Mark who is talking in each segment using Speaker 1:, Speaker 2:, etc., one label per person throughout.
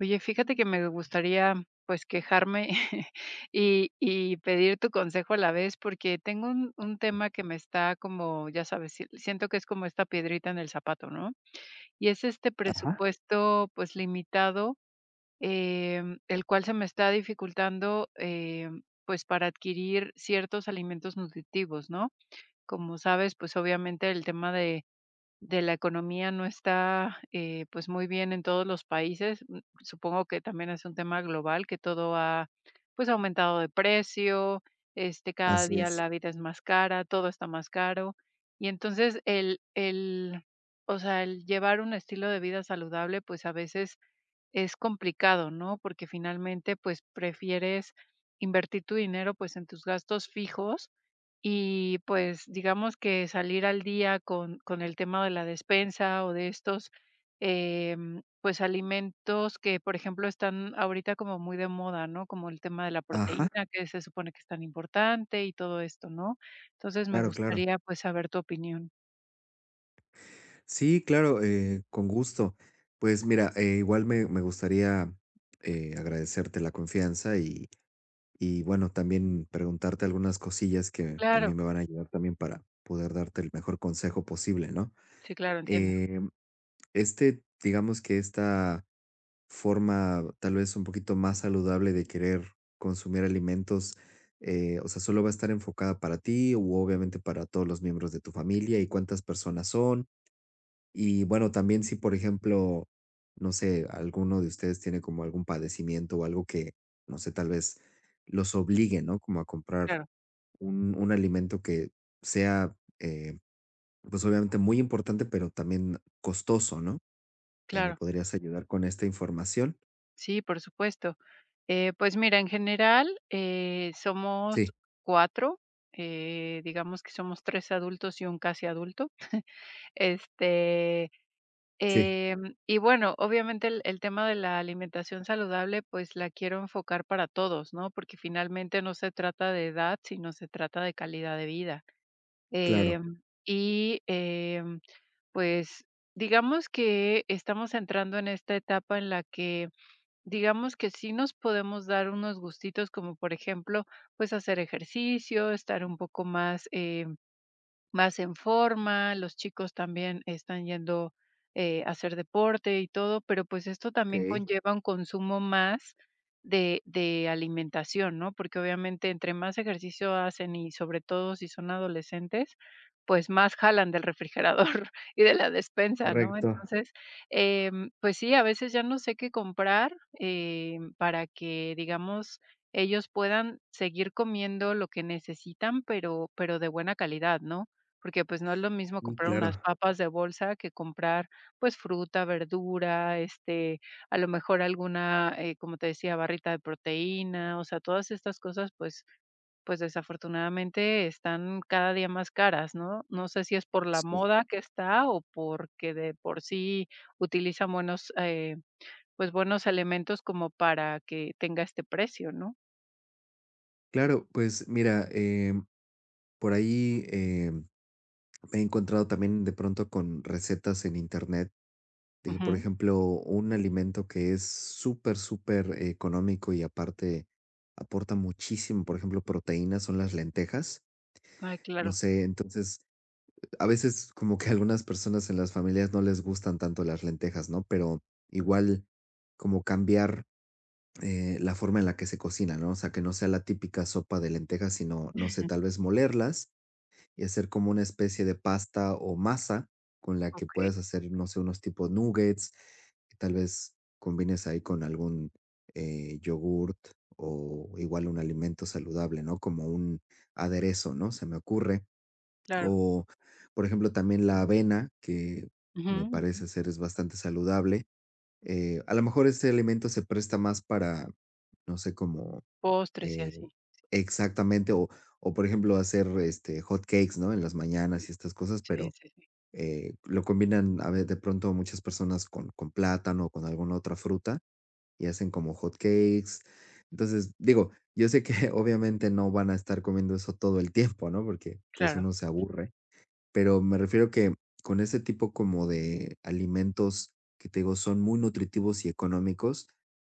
Speaker 1: Oye, fíjate que me gustaría, pues, quejarme y pedir tu consejo a la vez, porque tengo un tema que me está como, ya sabes, si siento que es como esta piedrita en el zapato, ¿no? Y es este
Speaker 2: Ajá,
Speaker 1: presupuesto, pues, limitado, el cual se me está dificultando, pues, para adquirir ciertos alimentos nutritivos, ¿no? Como sabes, pues, obviamente el tema de la economía no está, pues, muy bien en todos los países. Supongo que también es un tema global, que todo ha, pues, aumentado de precio, este, cada
Speaker 2: así
Speaker 1: día
Speaker 2: es.
Speaker 1: la vida es más cara, todo está más caro. Y entonces el, o sea, el llevar un estilo de vida saludable, pues, a veces es complicado, ¿no? Porque finalmente, pues, prefieres invertir tu dinero, pues, en tus gastos fijos y, pues, digamos que salir al día con el tema de la despensa o de estos, pues, alimentos que, por ejemplo, están ahorita como muy de moda, ¿no? Como el tema de la
Speaker 2: Ajá,
Speaker 1: proteína, que se supone que es tan importante y todo esto, ¿no? Entonces, me
Speaker 2: claro, claro.
Speaker 1: gustaría, pues, saber tu opinión.
Speaker 2: Sí, claro, con gusto. Pues mira, igual me gustaría agradecerte la confianza y bueno, también preguntarte algunas cosillas que a
Speaker 1: Claro,
Speaker 2: mí me van a ayudar también para poder darte el mejor consejo posible, ¿no?
Speaker 1: sí, claro, entiendo,
Speaker 2: Este, digamos que esta forma tal vez un poquito más saludable de querer consumir alimentos, o sea, solo va a estar enfocada para ti o obviamente para todos los miembros de tu familia y cuántas personas son. Y bueno, también si, por ejemplo, no sé, alguno de ustedes tiene como algún padecimiento o algo que, no sé, tal vez los obligue, ¿no? Como a comprar
Speaker 1: claro,
Speaker 2: un alimento que sea, pues obviamente muy importante, pero también costoso, ¿no? Ahí me
Speaker 1: claro.
Speaker 2: podrías ayudar con esta información.
Speaker 1: Sí, por supuesto. Pues mira, en general, somos
Speaker 2: Sí,
Speaker 1: 4, digamos que somos 3 adultos y un casi adulto. Este,
Speaker 2: sí,
Speaker 1: y bueno, obviamente el tema de la alimentación saludable, pues la quiero enfocar para todos, ¿no? Porque finalmente no se trata de edad, sino se trata de calidad de vida.
Speaker 2: claro.
Speaker 1: Em, y, pues digamos que estamos entrando en esta etapa en la que digamos que sí nos podemos dar unos gustitos, como por ejemplo, pues hacer ejercicio, estar un poco más, más en forma, los chicos también están yendo a hacer deporte y todo, pero pues esto también
Speaker 2: Ok.
Speaker 1: conlleva un consumo más de alimentación, ¿no? Porque obviamente entre más ejercicio hacen y sobre todo si son adolescentes, pues más jalan del refrigerador y de la despensa, ¿no?
Speaker 2: Correcto.
Speaker 1: Entonces, pues sí, a veces ya no sé qué comprar para que, digamos, ellos puedan seguir comiendo lo que necesitan, pero de buena calidad, ¿no? Porque, pues, no es lo mismo
Speaker 2: Y
Speaker 1: comprar
Speaker 2: claro,
Speaker 1: unas papas de bolsa que comprar, pues, fruta, verdura, este, a lo mejor alguna, como te decía, barrita de proteína, o sea, todas estas cosas, pues, desafortunadamente están cada día más caras, ¿no? No sé si es por la
Speaker 2: sí.
Speaker 1: moda que está o porque de por sí utilizan buenos, pues, buenos elementos como para que tenga este precio, ¿no?
Speaker 2: Claro, pues mira, por ahí me he encontrado también de pronto con recetas en internet de que, por
Speaker 1: Ujú.
Speaker 2: ejemplo, un alimento que es súper, súper económico y aparte aporta muchísimo, por ejemplo, proteínas son las lentejas.
Speaker 1: Ay,
Speaker 2: No
Speaker 1: claro.
Speaker 2: sé, entonces, a veces como que a algunas personas en las familias no les gustan tanto las lentejas, ¿no? Pero igual como cambiar la forma en la que se cocina, ¿no? O sea, que no sea la típica sopa de lentejas, sino, no sé, tal vez molerlas y hacer como una especie de pasta o masa con la que
Speaker 1: Okey,
Speaker 2: puedas hacer, no sé, unos tipo nuggets, que tal vez combines ahí con algún yogurt o igual un alimento saludable, ¿no? Como un aderezo, ¿no? Se me ocurre.
Speaker 1: claro.
Speaker 2: O, por ejemplo, también la avena, que
Speaker 1: Ujú,
Speaker 2: me
Speaker 1: ujú.
Speaker 2: parece ser es bastante saludable. A lo mejor este alimento se presta más para, no sé, como
Speaker 1: Postres y
Speaker 2: eh,
Speaker 1: así.
Speaker 2: exactamente, o, por ejemplo, hacer, este, hot cakes, ¿no?, en las mañanas y estas cosas,
Speaker 1: Sí,
Speaker 2: pero,
Speaker 1: sí, sí.
Speaker 2: lo combinan, a ver, de pronto muchas personas con plátano o con alguna otra fruta y hacen como hot cakes. Entonces, digo, yo sé que obviamente no van a estar comiendo eso todo el tiempo, ¿no?, porque, pues,
Speaker 1: Claro,
Speaker 2: uno se aburre. Pero me refiero que con este tipo como de alimentos que te digo son muy nutritivos y económicos,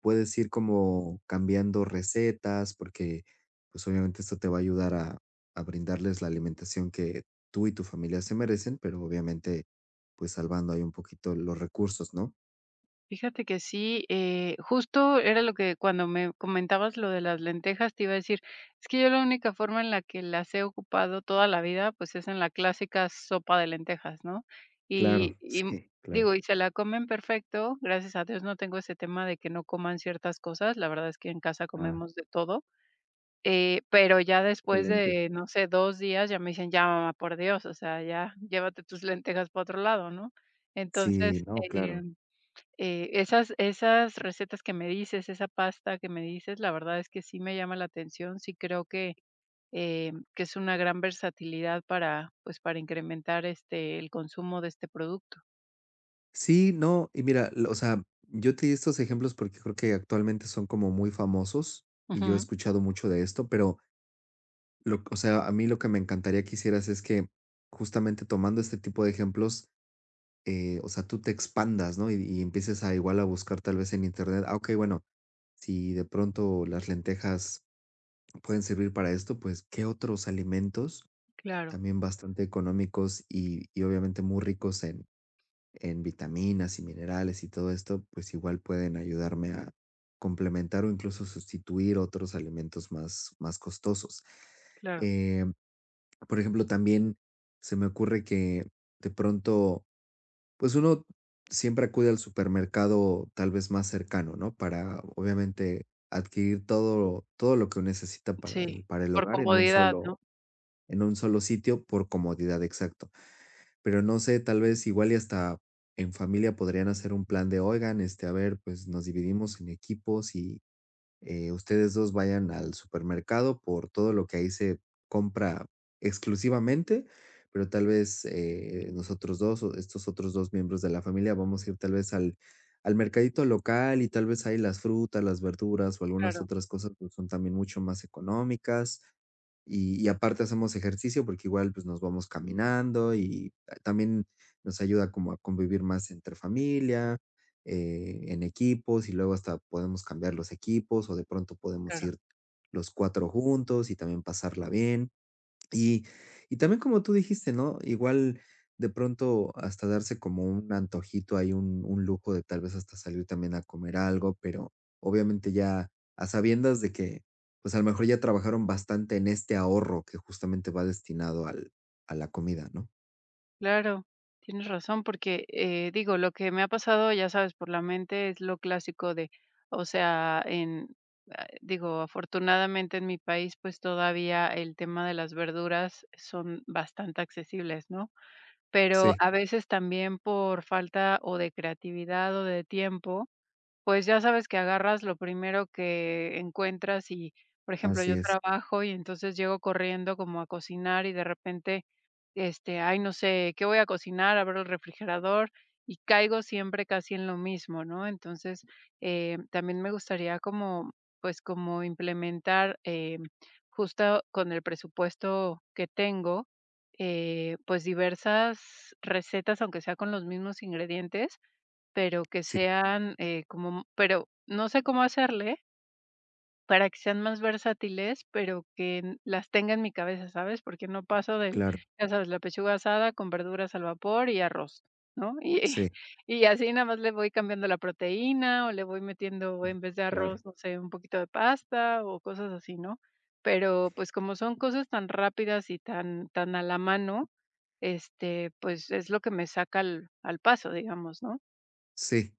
Speaker 2: puedes ir como cambiando recetas, porque, pues, obviamente esto te va a ayudar a brindarles la alimentación que tú y tu familia se merecen, pero obviamente, pues, salvando ahí un poquito los recursos, ¿no?
Speaker 1: fíjate que sí, justo era lo que cuando me comentabas lo de las lentejas, te iba a decir, es que yo la única forma en la que las he ocupado toda la vida, pues es en la clásica sopa de lentejas, ¿no? Y,
Speaker 2: Claro,
Speaker 1: y
Speaker 2: sí, claro.
Speaker 1: digo, y se la comen perfecto, gracias a Dios no tengo ese tema de que no coman ciertas cosas, la verdad es que en casa
Speaker 2: Ah,
Speaker 1: comemos de todo, pero ya después
Speaker 2: excelente.
Speaker 1: de, no sé, dos días ya me dicen, ya mamá, por Dios, o sea, ya llévate tus lentejas para otro lado, ¿no?
Speaker 2: Sí,
Speaker 1: Entonces,
Speaker 2: no, claro.
Speaker 1: esas recetas que me dices, esa pasta que me dices, la verdad es que sí me llama la atención, sí creo que es una gran versatilidad para, pues, para incrementar, este, el consumo de este producto.
Speaker 2: Sí, no, y mira, l o sea, yo te di estos ejemplos porque creo que actualmente son como muy famosos y yo he
Speaker 1: Ujú,
Speaker 2: escuchado mucho de esto, pero lo o sea, a mí lo que me encantaría que hicieras es que justamente tomando este tipo de ejemplos, o sea, tú te expandas, ¿no? Y empieces a igual a buscar tal vez en Internet, ah, okey, bueno, si de pronto las lentejas pueden servir para esto, pues, ¿qué otros alimentos
Speaker 1: claro,
Speaker 2: también bastante económicos y obviamente muy ricos en vitaminas y minerales y todo esto, pues igual pueden ayudarme a complementar o incluso sustituir otros alimentos más, más costosos.
Speaker 1: claro.
Speaker 2: Eh, por ejemplo, también se me ocurre que de pronto, pues uno siempre acude al supermercado tal vez más cercano, ¿no? Para obviamente adquirir todo, todo lo que necesita
Speaker 1: Sí,
Speaker 2: para el
Speaker 1: por
Speaker 2: hogar
Speaker 1: comodidad, ¿no?
Speaker 2: en un solo sitio por comodidad, exacto. Pero no sé, tal vez igual y hasta en familia podrían hacer un plan de, oigan, este, a ver, pues nos dividimos en equipos y, ustedes dos vayan al supermercado por todo lo que ahí se compra exclusivamente, pero tal vez nosotros dos o estos otros dos miembros de la familia vamos a ir tal vez al, al mercadito local y tal vez ahí las frutas, las verduras o algunas
Speaker 1: Claro,
Speaker 2: otras cosas pues, son también mucho más económicas. Y aparte hacemos ejercicio porque igual pues nos vamos caminando y también nos ayuda como a convivir más entre familia en equipos y luego hasta podemos cambiar los equipos o de pronto podemos
Speaker 1: claro.
Speaker 2: ir los 4 juntos y también pasarla bien. Y y también como tú dijiste, ¿no? Igual de pronto hasta darse como un antojito, hay un lujo de tal vez hasta salir también a comer algo, pero obviamente ya a sabiendas de que, pues, a lo mejor ya trabajaron bastante en este ahorro que justamente va destinado al a la comida, ¿no?
Speaker 1: Claro, tienes razón, porque, digo, lo que me ha pasado, ya sabes, por la mente es lo clásico de, o sea, en, ah, digo, afortunadamente en mi país, pues todavía el tema de las verduras son bastante accesibles, ¿no? Pero
Speaker 2: Sí,
Speaker 1: a veces también por falta o de creatividad o de tiempo, pues ya sabes que agarras lo primero que encuentras y, por ejemplo,
Speaker 2: así
Speaker 1: yo
Speaker 2: es.
Speaker 1: trabajo y entonces llego corriendo como a cocinar y de repente este, ay, no sé, ¿qué voy a cocinar? Abro el refrigerador y caigo siempre casi en lo mismo, ¿no? Entonces, también me gustaría como, pues, como implementar, justo con el presupuesto que tengo, pues, diversas recetas, aunque sea con los mismos ingredientes, pero que
Speaker 2: Sí,
Speaker 1: sean, como pero no sé cómo hacerle, para que sean más versátiles, pero que n las tenga en mi cabeza, ¿sabes? Porque no paso del,
Speaker 2: claro.
Speaker 1: ya sabes, la pechuga asada con verduras al vapor y arroz, ¿no? Y
Speaker 2: Sí,
Speaker 1: y así nada más le voy cambiando la proteína, o le voy metiendo, en vez de
Speaker 2: claro.
Speaker 1: arroz, no sé, un poquito de pasta o cosas así, ¿no? Pero, pues, como son cosas tan rápidas y tan a la mano, este, pues, es lo que me saca al paso, digamos, ¿no?
Speaker 2: Sí.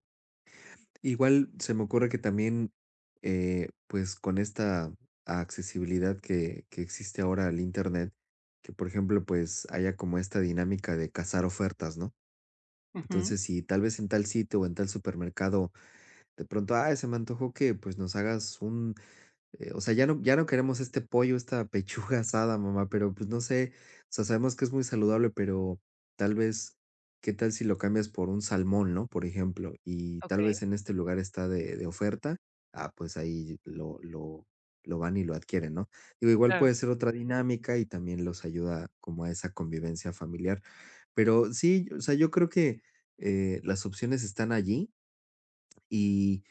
Speaker 2: Igual se me ocurre que también, pues con esta accesibilidad que existe ahora al Internet, que por ejemplo, pues haya como esta dinámica de cazar ofertas, ¿no?
Speaker 1: Ujú.
Speaker 2: Entonces, si tal vez en tal sitio o en tal supermercado, de pronto, ah, se me antojó que pues nos hagas un o sea, ya no queremos este pollo, esta pechuga asada, mamá, pero, pues, no sé, o sea, sabemos que es muy saludable, pero tal vez, ¿qué tal si lo cambias por un salmón, no?, por ejemplo, y tal
Speaker 1: Okey,
Speaker 2: vez en este lugar está de oferta, ah, pues, ahí lo van y lo adquieren, ¿no? Digo, igual
Speaker 1: claro,
Speaker 2: puede ser otra dinámica y también los ayuda como a esa convivencia familiar. Pero sí, o sea, yo creo que, las opciones están allí y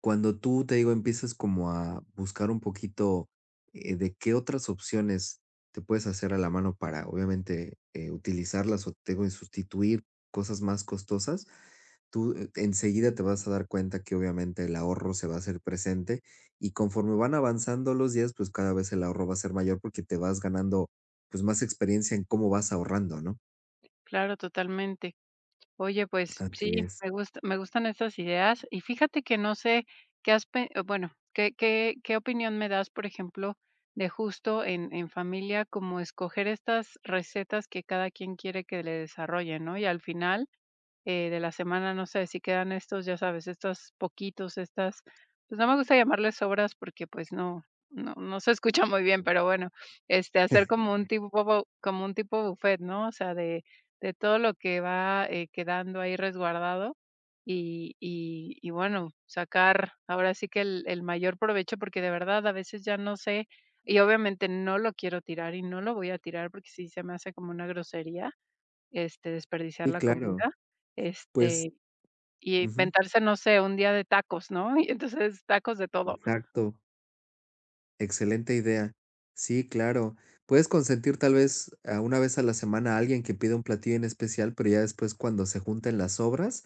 Speaker 2: cuando tú, te digo, empiezas como a buscar un poquito, de qué otras opciones te puedes hacer a la mano para, obviamente, utilizarlas o, te digo, y sustituir cosas más costosas, tú, enseguida te vas a dar cuenta que, obviamente, el ahorro se va a hacer presente, y conforme van avanzando los días, pues, cada vez el ahorro va a ser mayor porque te vas ganando, pues, más experiencia en cómo vas ahorrando, ¿no?
Speaker 1: claro, totalmente. Oye, pues sí,
Speaker 2: Así es.
Speaker 1: me gusta, me gustan estas ideas y fíjate que no sé qué has, bueno, qué, qué, qué opinión me das, por ejemplo, de justo en familia, como escoger estas recetas que cada quien quiere que le desarrollen, ¿no? Y al final de la semana, no sé, si quedan estos, ya sabes, estos poquitos, estas, pues no me gusta llamarles obras porque pues no, no se escucha muy bien, pero bueno, este, hacer como un tipo, como un tipo buffet, ¿no? O sea, de todo lo que va quedando ahí resguardado y bueno, sacar ahora sí que el mayor provecho porque de verdad a veces ya no sé y obviamente no lo quiero tirar y no lo voy a tirar porque sí se me hace como una grosería este, desperdiciar
Speaker 2: Sí,
Speaker 1: la
Speaker 2: claro.
Speaker 1: comida,
Speaker 2: Pues
Speaker 1: este, y
Speaker 2: ujú,
Speaker 1: inventarse, no sé, un día de tacos, ¿no? Y entonces, tacos de todo.
Speaker 2: exacto. Excelente idea. Sí, claro. Puedes consentir tal vez a una vez a la semana a alguien que pida un platillo en especial, pero ya después cuando se junten las sobras,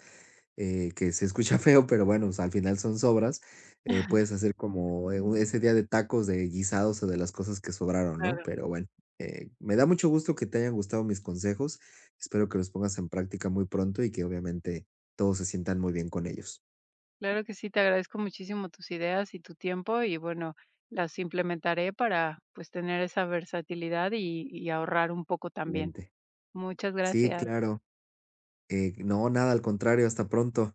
Speaker 2: que se escucha feo, pero bueno, pues, al final son sobras, puedes hacer como ese día de tacos, de guisados o de las cosas que sobraron, ¿no?
Speaker 1: Claro,
Speaker 2: Pero bueno, me da mucho gusto que te hayan gustado mis consejos. Espero que los pongas en práctica muy pronto y que obviamente todos se sientan muy bien con ellos.
Speaker 1: claro que sí, te agradezco muchísimo tus ideas y tu tiempo y bueno, las implementaré para, pues, tener esa versatilidad y ahorrar un poco también.
Speaker 2: Excelente.
Speaker 1: Muchas
Speaker 2: Sí,
Speaker 1: gracias.
Speaker 2: claro. No, nada, al contrario, hasta pronto.